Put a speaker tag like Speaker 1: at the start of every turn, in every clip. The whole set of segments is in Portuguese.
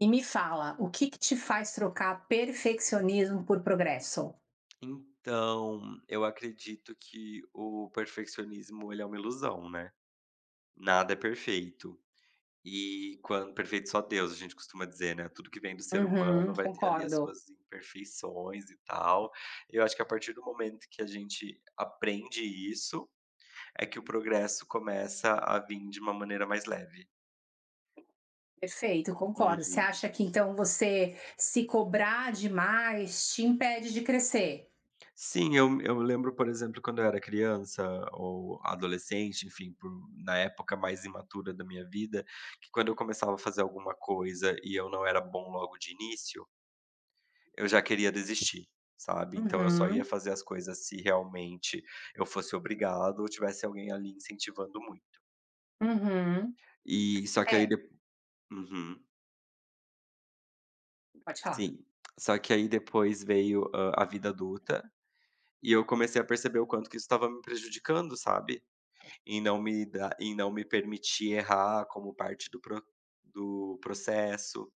Speaker 1: E me fala, o que que te faz trocar perfeccionismo por progresso?
Speaker 2: Então, eu acredito que o perfeccionismo, ele é uma ilusão, né. Nada é perfeito. E quando perfeito só Deus, a gente costuma dizer, né. Tudo que vem do ser
Speaker 1: Uhum,
Speaker 2: humano vai ter ali as
Speaker 1: concordo.
Speaker 2: suas imperfeições e tal. Eu acho que a partir do momento que a gente aprende isso, é que o progresso começa a vir de uma maneira mais leve.
Speaker 1: Perfeito, concordo. Você
Speaker 2: Uhum.
Speaker 1: acha que então você se cobrar demais te impede de crescer?
Speaker 2: Sim, eu lembro, por exemplo, quando eu era criança ou adolescente, enfim, por na época mais imatura da minha vida, que quando eu começava a fazer alguma coisa e eu não era bom logo de início, eu já queria desistir, sabe. Então eu só ia
Speaker 1: Uhum,
Speaker 2: fazer as coisas se realmente eu fosse obrigado ou tivesse alguém ali incentivando muito.
Speaker 1: uhum.
Speaker 2: E só que aí
Speaker 1: É,
Speaker 2: dep Uhum,
Speaker 1: pode falar.
Speaker 2: sim. Só que aí depois veio, a vida adulta e eu comecei a perceber o quanto que isso estava me prejudicando, sabe. E não me dar e não me permitir errar como parte do processo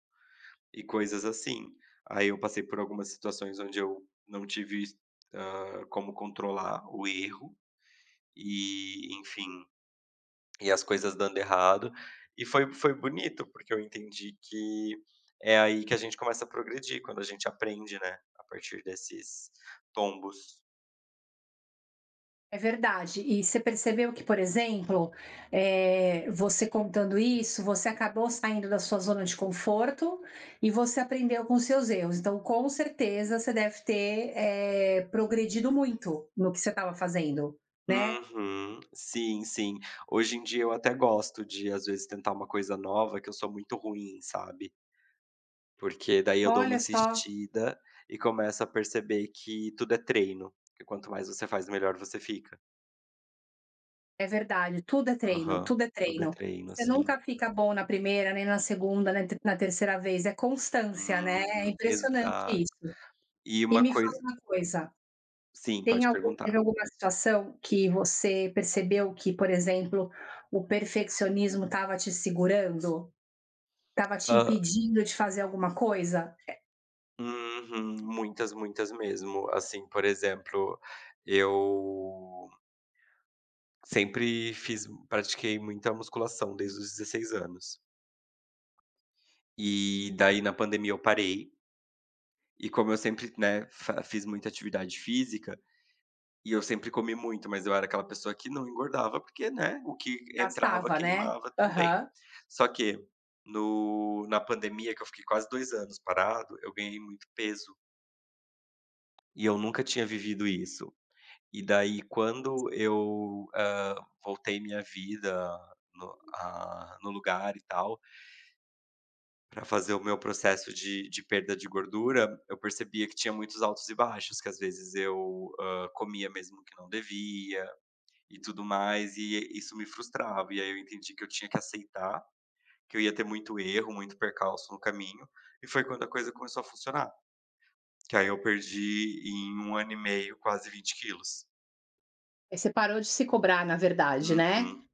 Speaker 2: e coisas assim. Aí eu passei por algumas situações onde eu não tive, como controlar o erro e, enfim, e as coisas dando errado. E foi bonito, porque eu entendi que é aí que a gente começa a progredir, quando a gente aprende, né, a partir desses tombos.
Speaker 1: É verdade. E você percebeu que, por exemplo, você contando isso, você acabou saindo da sua zona de conforto e você aprendeu com seus erros. Então, com certeza, você deve ter, progredido muito no que você estava fazendo, né.
Speaker 2: Uhum. Sim, sim. Hoje em dia eu até gosto de, às vezes, tentar uma coisa nova que eu sou muito ruim, sabe. Porque daí eu dou uma
Speaker 1: Olha só,
Speaker 2: insistida e começo a perceber que tudo é treino, que quanto mais você faz, melhor você fica.
Speaker 1: é verdade, tudo é treino,
Speaker 2: Aham.
Speaker 1: tudo é
Speaker 2: Tudo é
Speaker 1: treino.
Speaker 2: treino,
Speaker 1: Você
Speaker 2: assim.
Speaker 1: nunca fica bom na primeira, nem na segunda, nem na terceira vez, é constância, né, é
Speaker 2: Uhum.
Speaker 1: impressionante
Speaker 2: Exato.
Speaker 1: isso.
Speaker 2: E
Speaker 1: E
Speaker 2: uma
Speaker 1: me fala
Speaker 2: coisa
Speaker 1: uma coisa.
Speaker 2: Sim,
Speaker 1: Tem
Speaker 2: pode
Speaker 1: algu teve
Speaker 2: perguntar.
Speaker 1: alguma situação que você percebeu que, por exemplo, o perfeccionismo estava te segurando? Estava te
Speaker 2: Hã.
Speaker 1: impedindo de fazer alguma coisa?
Speaker 2: Uhum. Muitas, muitas mesmo. Assim, por exemplo, eu Sempre fiz pratiquei muita musculação desde os 16 anos. E daí na pandemia eu parei, e como eu sempre, né, fa fiz muita atividade física, e eu sempre comi muito, mas eu era aquela pessoa que não engordava, porque, né, o que
Speaker 1: Já
Speaker 2: entrava
Speaker 1: estava, né?
Speaker 2: queimava também.
Speaker 1: Aham.
Speaker 2: Só que no na pandemia, que eu fiquei quase 2 anos parado, eu ganhei muito peso, e eu nunca tinha vivido isso. E daí quando eu, voltei minha vida no lugar e tal, para fazer o meu processo de perda de gordura, eu percebia que tinha muitos altos e baixos, que às vezes eu, comia mesmo que não devia e tudo mais, e isso me frustrava. E aí eu entendi que eu tinha que aceitar que eu ia ter muito erro, muito percalço no caminho, e foi quando a coisa começou a funcionar, que aí eu perdi em um ano e meio quase 20 quilos.
Speaker 1: Aí você parou de se cobrar, na verdade, né?
Speaker 2: Uhum.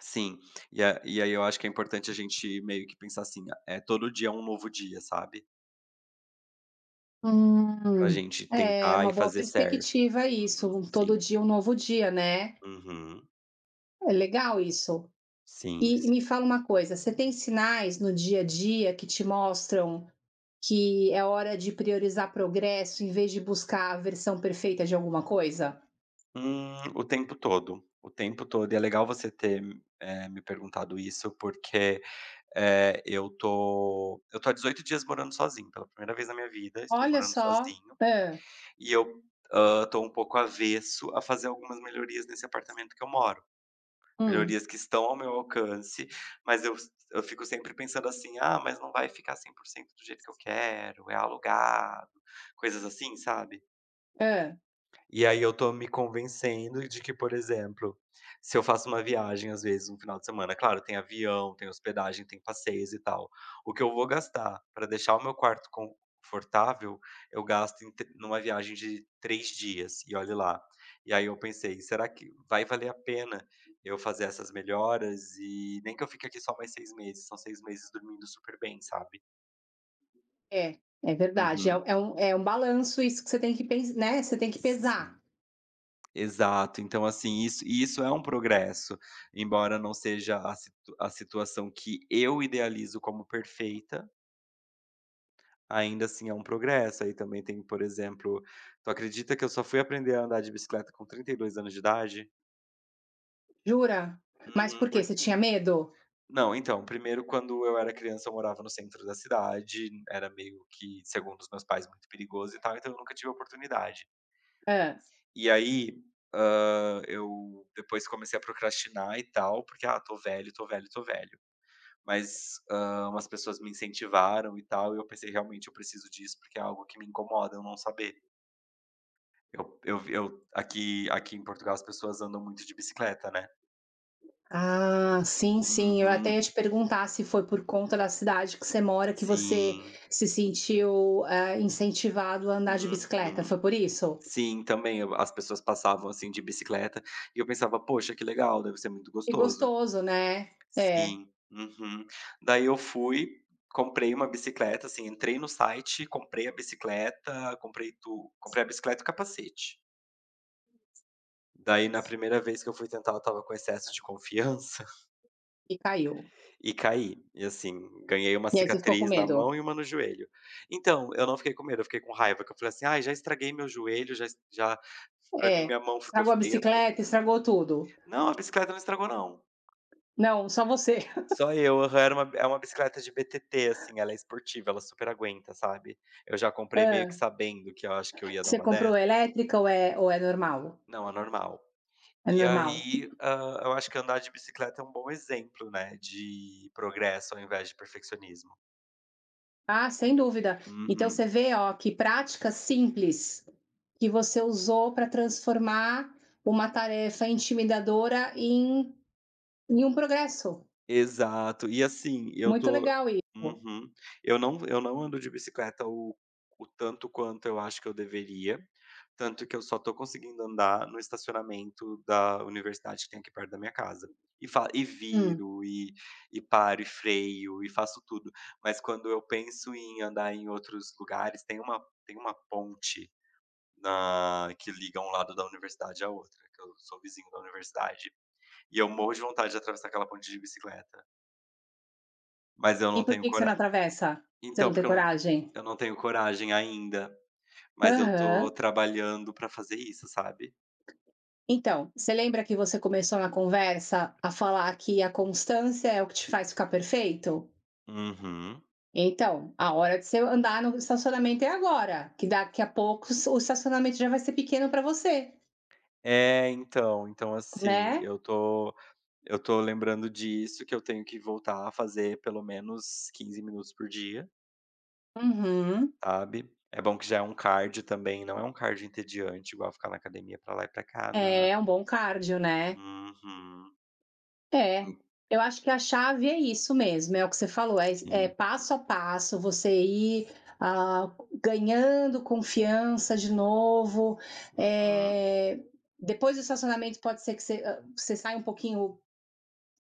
Speaker 2: Sim. E aí eu acho que é importante a gente meio que pensar assim, é todo dia é um novo dia, sabe? Pra
Speaker 1: Hum,
Speaker 2: gente
Speaker 1: é
Speaker 2: tentar
Speaker 1: uma
Speaker 2: e
Speaker 1: boa
Speaker 2: fazer certo.
Speaker 1: perspectiva isso,
Speaker 2: Uhum,
Speaker 1: todo
Speaker 2: sim.
Speaker 1: dia um novo dia, né?
Speaker 2: Uhum.
Speaker 1: É legal isso.
Speaker 2: Sim,
Speaker 1: E me
Speaker 2: sim.
Speaker 1: fala uma coisa, você tem sinais no dia a dia que te mostram que é hora de priorizar progresso em vez de buscar a versão perfeita de alguma coisa?
Speaker 2: O tempo todo, o tempo todo. E é legal você ter, me perguntado isso, porque, eu tô há 18 dias morando sozinho, pela primeira vez na minha vida, estou
Speaker 1: Olha
Speaker 2: morando
Speaker 1: só,
Speaker 2: sozinho,
Speaker 1: hã,
Speaker 2: e eu, tô um pouco avesso a fazer algumas melhorias nesse apartamento que eu moro.
Speaker 1: hum,
Speaker 2: Melhorias que estão ao meu alcance, mas eu fico sempre pensando assim: "Ah, mas não vai ficar 100% do jeito que eu quero, é alugado", coisas assim, sabe?
Speaker 1: hã,
Speaker 2: E aí eu tô me convencendo de que, por exemplo, se eu faço uma viagem, às vezes, um final de semana, claro, tem avião, tem hospedagem, tem passeios e tal. O que eu vou gastar para deixar o meu quarto confortável, eu gasto em tre numa viagem de 3 dias, e olhe lá. E aí eu pensei: "Será que vai valer a pena eu fazer essas melhoras? E nem que eu fique aqui só mais 6 meses, são 6 meses dormindo super bem", sabe?
Speaker 1: é, é verdade,
Speaker 2: Uhum.
Speaker 1: é um balanço isso que você tem que pens né, você tem que pesar.
Speaker 2: Sim. Exato, então assim, isso e isso é um progresso, embora não seja a situação que eu idealizo como perfeita, ainda assim é um progresso. Aí também tem, por exemplo, tu acredita que eu só fui aprender a andar de bicicleta com 32 anos de idade?
Speaker 1: Jura? Mas
Speaker 2: Uhum,
Speaker 1: por quê?
Speaker 2: por
Speaker 1: Você tinha medo?
Speaker 2: não, então, primeiro quando eu era criança eu morava no centro da cidade, era meio que, segundo os meus pais, muito perigoso e tal, então eu nunca tive oportunidade. E aí, eu depois comecei a procrastinar e tal, porque: "Ah, tô velho, tô velho, tô velho". Mas, umas pessoas me incentivaram e tal, e eu pensei: "Realmente eu preciso disso, porque é algo que me incomoda eu não saber". Eu aqui em Portugal as pessoas andam muito de bicicleta, né.
Speaker 1: Ah, sim, sim. Eu até ia
Speaker 2: Uhum.
Speaker 1: te perguntar se foi por conta da cidade que você mora que você
Speaker 2: Sim.
Speaker 1: se sentiu, incentivado a andar de bicicleta,
Speaker 2: Uhum.
Speaker 1: foi por isso?
Speaker 2: Sim, também eu as pessoas passavam, assim, de bicicleta, e eu pensava: "Poxa, que legal, deve ser muito
Speaker 1: Que
Speaker 2: gostoso".
Speaker 1: gostoso, né? É,
Speaker 2: Sim. Uhum. Daí eu fui, comprei uma bicicleta, assim, entrei no site, comprei a bicicleta, comprei a bicicleta e o capacete. Daí na primeira vez que eu fui tentar, eu estava com excesso de confiança
Speaker 1: e caiu.
Speaker 2: e caí. E assim, ganhei uma
Speaker 1: E aí você ficou com
Speaker 2: cicatriz na
Speaker 1: medo?
Speaker 2: mão e uma no joelho. Então, eu não fiquei com medo, eu fiquei com raiva, que eu falei assim: "Ai, já estraguei meu joelho, já pra mim
Speaker 1: É.
Speaker 2: minha mão ficou
Speaker 1: Estragou a
Speaker 2: feia to"
Speaker 1: bicicleta, estragou tudo.
Speaker 2: Não, a bicicleta não estragou não.
Speaker 1: Não, só você.
Speaker 2: Só eu, aham, era uma é uma bicicleta de BTT, assim, ela é esportiva, ela super aguenta, sabe. Eu já comprei meio que
Speaker 1: Hã.
Speaker 2: sabendo que eu acho que eu ia dar
Speaker 1: Você
Speaker 2: uma
Speaker 1: comprou
Speaker 2: dessa.
Speaker 1: elétrica ou é normal?
Speaker 2: Não, é normal.
Speaker 1: É
Speaker 2: E
Speaker 1: normal?
Speaker 2: aí, eu acho que andar de bicicleta é um bom exemplo, né, de progresso ao invés de perfeccionismo.
Speaker 1: Ah, sem dúvida. Então você
Speaker 2: Uhum.
Speaker 1: vê, ó, que prática simples que você usou para transformar uma tarefa intimidadora em um progresso.
Speaker 2: Exato. E assim, eu
Speaker 1: Muito
Speaker 2: tô
Speaker 1: legal isso.
Speaker 2: uhum. Eu não ando de bicicleta o tanto quanto eu acho que eu deveria, tanto que eu só tô conseguindo andar no estacionamento da universidade que tem aqui perto da minha casa. E fa e
Speaker 1: Hum.
Speaker 2: viro, e paro, e freio, e faço tudo. Mas quando eu penso em andar em outros lugares, tem uma ponte na que liga um lado da universidade à outra, que eu sou vizinho da universidade. E eu morro de vontade de atravessar aquela ponte de bicicleta, mas eu
Speaker 1: E
Speaker 2: não
Speaker 1: por
Speaker 2: tenho
Speaker 1: que que você não
Speaker 2: cora
Speaker 1: atravessa? Você
Speaker 2: então,
Speaker 1: não tem
Speaker 2: porque eu não
Speaker 1: coragem?
Speaker 2: eu não tenho coragem ainda, mas eu tô
Speaker 1: Aham.
Speaker 2: trabalhando pra fazer isso, sabe.
Speaker 1: Então, você lembra que você começou na conversa a falar que a constância é o que te faz ficar perfeito?
Speaker 2: Uhum.
Speaker 1: Então, a hora de você andar no estacionamento é agora, que daqui a pouco o estacionamento já vai ser pequeno para você,
Speaker 2: É, então, assim,
Speaker 1: né?
Speaker 2: eu tô lembrando disso, que eu tenho que voltar a fazer pelo menos 15 minutos por dia,
Speaker 1: Uhum.
Speaker 2: sabe. É bom que já é um cardio também, não é um cardio entediante, igual ficar na academia pra lá e pra cá, né.
Speaker 1: É, um bom cardio, né.
Speaker 2: Uhum.
Speaker 1: É,
Speaker 2: Hum.
Speaker 1: eu acho que a chave é isso mesmo, é o que você falou, é
Speaker 2: Sim.
Speaker 1: passo a passo, você ir, ah, ganhando confiança de novo,
Speaker 2: Uhum.
Speaker 1: é depois do estacionamento pode ser que você, você saia um pouquinho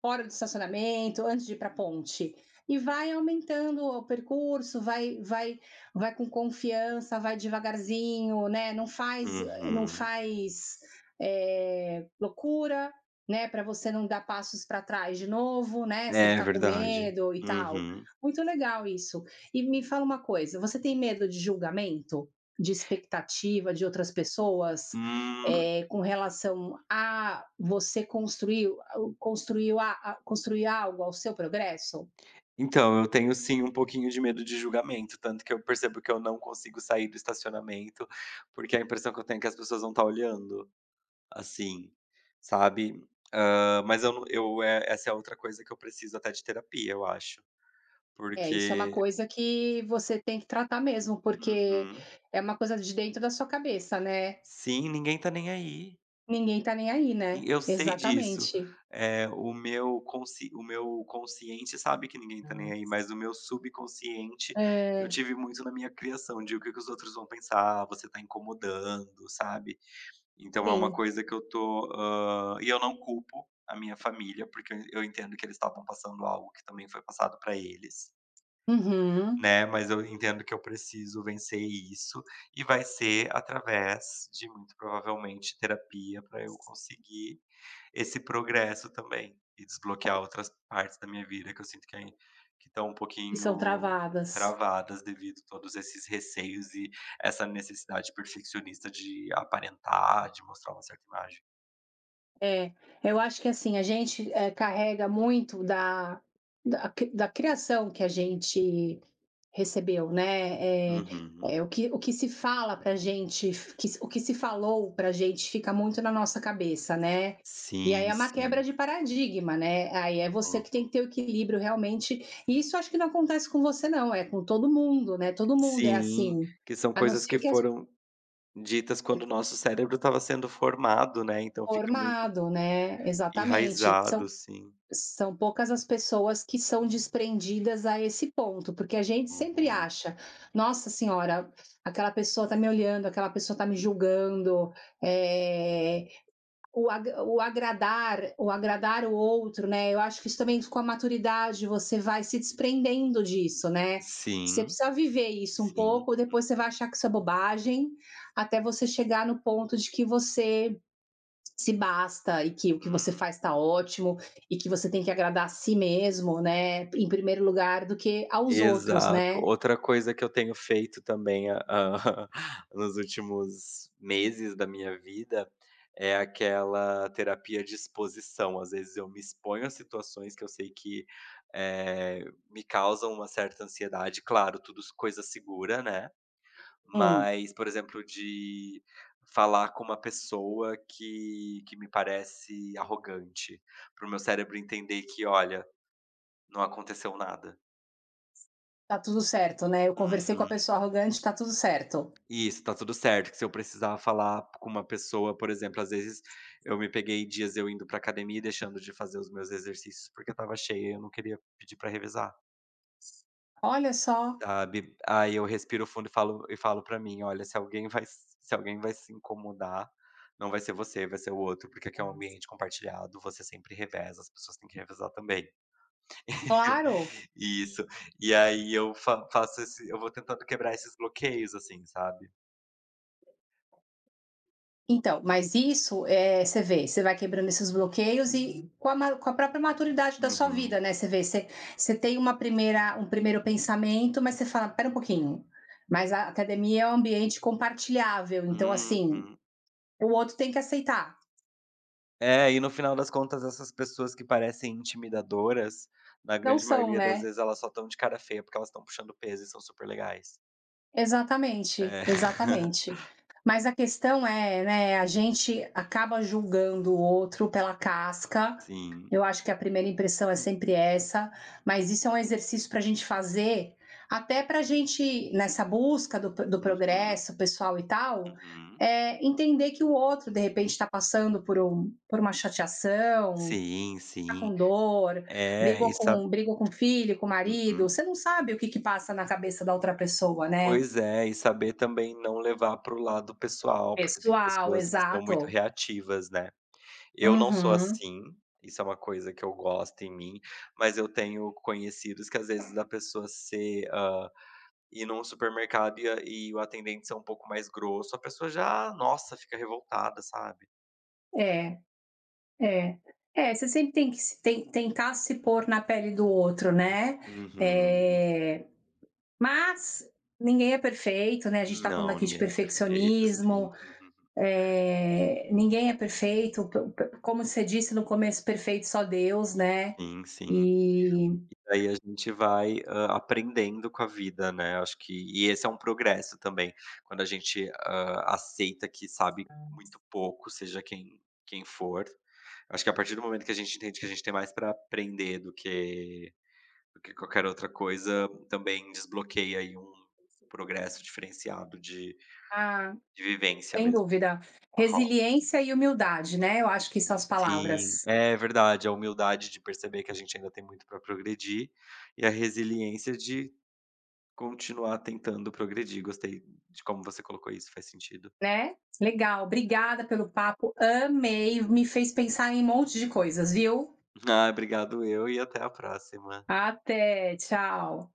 Speaker 1: hora do estacionamento, antes de ir para a ponte. E vai aumentando o percurso, vai com confiança, vai devagarzinho, né? Não
Speaker 2: Uhum.
Speaker 1: faz é, loucura, né? Para você não dar passos para trás de novo, né? Você
Speaker 2: É
Speaker 1: ficar com
Speaker 2: verdade.
Speaker 1: medo e tal.
Speaker 2: Uhum.
Speaker 1: Muito legal isso. E me fala uma coisa: você tem medo de julgamento, de expectativa de outras pessoas?
Speaker 2: Hum,
Speaker 1: É, com relação a você construir, construir algo ao seu progresso?
Speaker 2: então, eu tenho sim um pouquinho de medo de julgamento, tanto que eu percebo que eu não consigo sair do estacionamento, porque a impressão que eu tenho é que as pessoas vão estar olhando, assim, sabe. Ah, mas eu não eu é essa é outra coisa que eu preciso até de terapia, eu acho,
Speaker 1: É, isso é uma
Speaker 2: porque
Speaker 1: coisa que você tem que tratar mesmo, porque
Speaker 2: uhum.
Speaker 1: é uma coisa de dentro da sua cabeça, né?
Speaker 2: Sim, ninguém tá nem aí.
Speaker 1: Ninguém tá nem aí, né?
Speaker 2: E eu sei disso.
Speaker 1: Exatamente.
Speaker 2: Eh, o meu consci o meu consciente sabe que ninguém tá
Speaker 1: Ah,
Speaker 2: nem aí, mas o meu subconsciente, eu
Speaker 1: É,
Speaker 2: tive muito na minha criação de o que que os outros vão pensar, você tá incomodando, sabe. Então é uma
Speaker 1: sim.
Speaker 2: coisa que eu tô, hã e eu não culpo a minha família, porque eu entendo que eles estavam passando algo que também foi passado pra eles.
Speaker 1: Uhum.
Speaker 2: Né, mas eu entendo que eu preciso vencer isso, e vai ser através de muito provavelmente terapia para eu conseguir esse progresso também, e desbloquear outras partes da minha vida que eu sinto que estão um
Speaker 1: E são
Speaker 2: pouquinho
Speaker 1: travadas.
Speaker 2: travadas devido a todos esses receios e essa necessidade perfeccionista de aparentar, de mostrar uma certa imagem.
Speaker 1: É, eu acho que assim, a gente, carrega muito da da cri da criação que a gente recebeu, né, É
Speaker 2: Uhum.
Speaker 1: o que se fala pra gente, f que se- o que se falou pra gente fica muito na nossa cabeça, né. E aí
Speaker 2: Sim,
Speaker 1: é uma quebra
Speaker 2: sim.
Speaker 1: de paradigma, né, aí é você que tem
Speaker 2: Uhum.
Speaker 1: que ter o equilíbrio realmente, e isso acho que não acontece com você não, é com todo mundo, né, todo mundo é
Speaker 2: Sim,
Speaker 1: assim,
Speaker 2: que são
Speaker 1: a não
Speaker 2: coisas que
Speaker 1: ser que é
Speaker 2: foram ditas quando o nosso cérebro estava sendo formado, né, então fica muito
Speaker 1: formado, né, exatamente.
Speaker 2: enraizado, sim.
Speaker 1: São poucas as pessoas que são desprendidas a esse ponto, porque a gente sempre
Speaker 2: Uhum.
Speaker 1: acha, nossa senhora, aquela pessoa está me olhando, aquela pessoa está me julgando, é, o agradar, o agradar o outro, né? Eu acho que isso também com a maturidade você vai se desprendendo disso, né? Você
Speaker 2: Sim,
Speaker 1: precisa viver isso um
Speaker 2: sim.
Speaker 1: pouco, depois você vai achar que isso é bobagem, até você chegar no ponto de que você se basta e que o que você faz está
Speaker 2: Uhum.
Speaker 1: ótimo e que você tem que agradar a si mesmo, né, em primeiro lugar, do que aos outros,
Speaker 2: Exato.
Speaker 1: né?
Speaker 2: Outra coisa que eu tenho feito também, nos últimos meses da minha vida, é aquela terapia de exposição. Às vezes eu me exponho a situações que eu sei que, eh, me causam uma certa ansiedade, claro, tudo s coisa segura, né.
Speaker 1: Hum,
Speaker 2: Mas, por exemplo, de falar com uma pessoa que me parece arrogante, para o meu cérebro entender que: "Olha, não aconteceu nada".
Speaker 1: tá tudo certo, né? Eu conversei com a
Speaker 2: Uhum.
Speaker 1: pessoa arrogante, tá tudo certo.
Speaker 2: Isso, tá tudo certo, que se eu precisar falar com uma pessoa, por exemplo, às vezes eu me peguei dias eu indo pra academia e deixando de fazer os meus exercícios, porque estava cheia e eu não queria pedir pra revezar.
Speaker 1: Olha só,
Speaker 2: Sabe, aí eu respiro fundo e falo para mim: "Olha, se alguém vai se incomodar, não vai ser você, vai ser o outro, porque aqui é um ambiente compartilhado, você sempre reveza, as pessoas têm que revezar também".
Speaker 1: claro.
Speaker 2: Isso. E aí eu fa faço esse eu vou tentando quebrar esses bloqueios, assim, sabe.
Speaker 1: Então,
Speaker 2: E
Speaker 1: mas isso é, você vê, você vai quebrando esses bloqueios e com a, com a própria maturidade da sua vida,
Speaker 2: Uhum,
Speaker 1: né? Você vê, você, você tem uma primeira, um primeiro pensamento, mas você fala, pera um pouquinho. Mas a academia é um ambiente compartilhável, então assim,
Speaker 2: uhum.
Speaker 1: o outro tem que aceitar.
Speaker 2: É, e no final das contas essas pessoas que parecem intimidadoras, na
Speaker 1: Não
Speaker 2: grande
Speaker 1: são,
Speaker 2: maioria das
Speaker 1: né.
Speaker 2: vezes elas só estão de cara feia, porque elas estão puxando peso e são super legais.
Speaker 1: Exatamente,
Speaker 2: É.
Speaker 1: exatamente. Mas a questão é, né, a gente acaba julgando o outro pela casca.
Speaker 2: Sim.
Speaker 1: Eu acho que a primeira impressão é sempre essa, mas isso é um exercício para a gente fazer, até para a gente, nessa busca do
Speaker 2: Uhum,
Speaker 1: progresso pessoal e tal,
Speaker 2: uhum.
Speaker 1: entender que o outro, de repente, está passando por um por uma chateação,
Speaker 2: Sim,
Speaker 1: tá
Speaker 2: sim.
Speaker 1: com dor,
Speaker 2: É,
Speaker 1: brigou
Speaker 2: e sa
Speaker 1: com filho, com marido,
Speaker 2: uhum.
Speaker 1: você não sabe o que que passa na cabeça da outra pessoa, né.
Speaker 2: Pois é, e saber também não levar para o lado pessoal, porque tem
Speaker 1: Pessoal,
Speaker 2: pessoas que são muito
Speaker 1: exato.
Speaker 2: reativas, né. Eu não sou
Speaker 1: Uhum.
Speaker 2: assim, isso é uma coisa que eu gosto em mim, mas eu tenho conhecidos que às vezes da pessoa ser, ir num supermercado e a e o atendente ser um pouco mais grosso, a pessoa já, nossa, fica revoltada, sabe.
Speaker 1: É, é. É, você sempre tem que se tem tentar se pôr na pele do outro, né.
Speaker 2: Uhum.
Speaker 1: Eh, mas ninguém é perfeito, né, a gente está falando
Speaker 2: Não,
Speaker 1: aqui de
Speaker 2: ninguém é perfeito, sim.
Speaker 1: perfeccionismo, ninguém é perfeito, p p como você disse no começo: "Perfeito só Deus", né.
Speaker 2: Sim, sim.
Speaker 1: E
Speaker 2: E aí a gente vai, aprendendo com a vida, né, acho que esse é um progresso também, quando a gente, aceita que sabe muito pouco, seja quem for. Acho que a partir do momento que a gente entende que a gente tem mais para aprender do que qualquer outra coisa, também desbloqueia aí um progresso diferenciado de
Speaker 1: ah,
Speaker 2: de vivência
Speaker 1: sem
Speaker 2: mesmo.
Speaker 1: dúvida.
Speaker 2: Aham.
Speaker 1: Resiliência e humildade, né, eu acho que são as
Speaker 2: Sim,
Speaker 1: palavras,
Speaker 2: é verdade, a humildade de perceber que a gente ainda tem muito para progredir, e a resiliência de continuar tentando progredir, gostei de como você colocou isso, faz sentido.
Speaker 1: né. Legal, obrigada pelo papo, amei, me fez pensar em um monte de coisas, viu.
Speaker 2: Ah, obrigado eu e até a próxima.
Speaker 1: Até, tchau.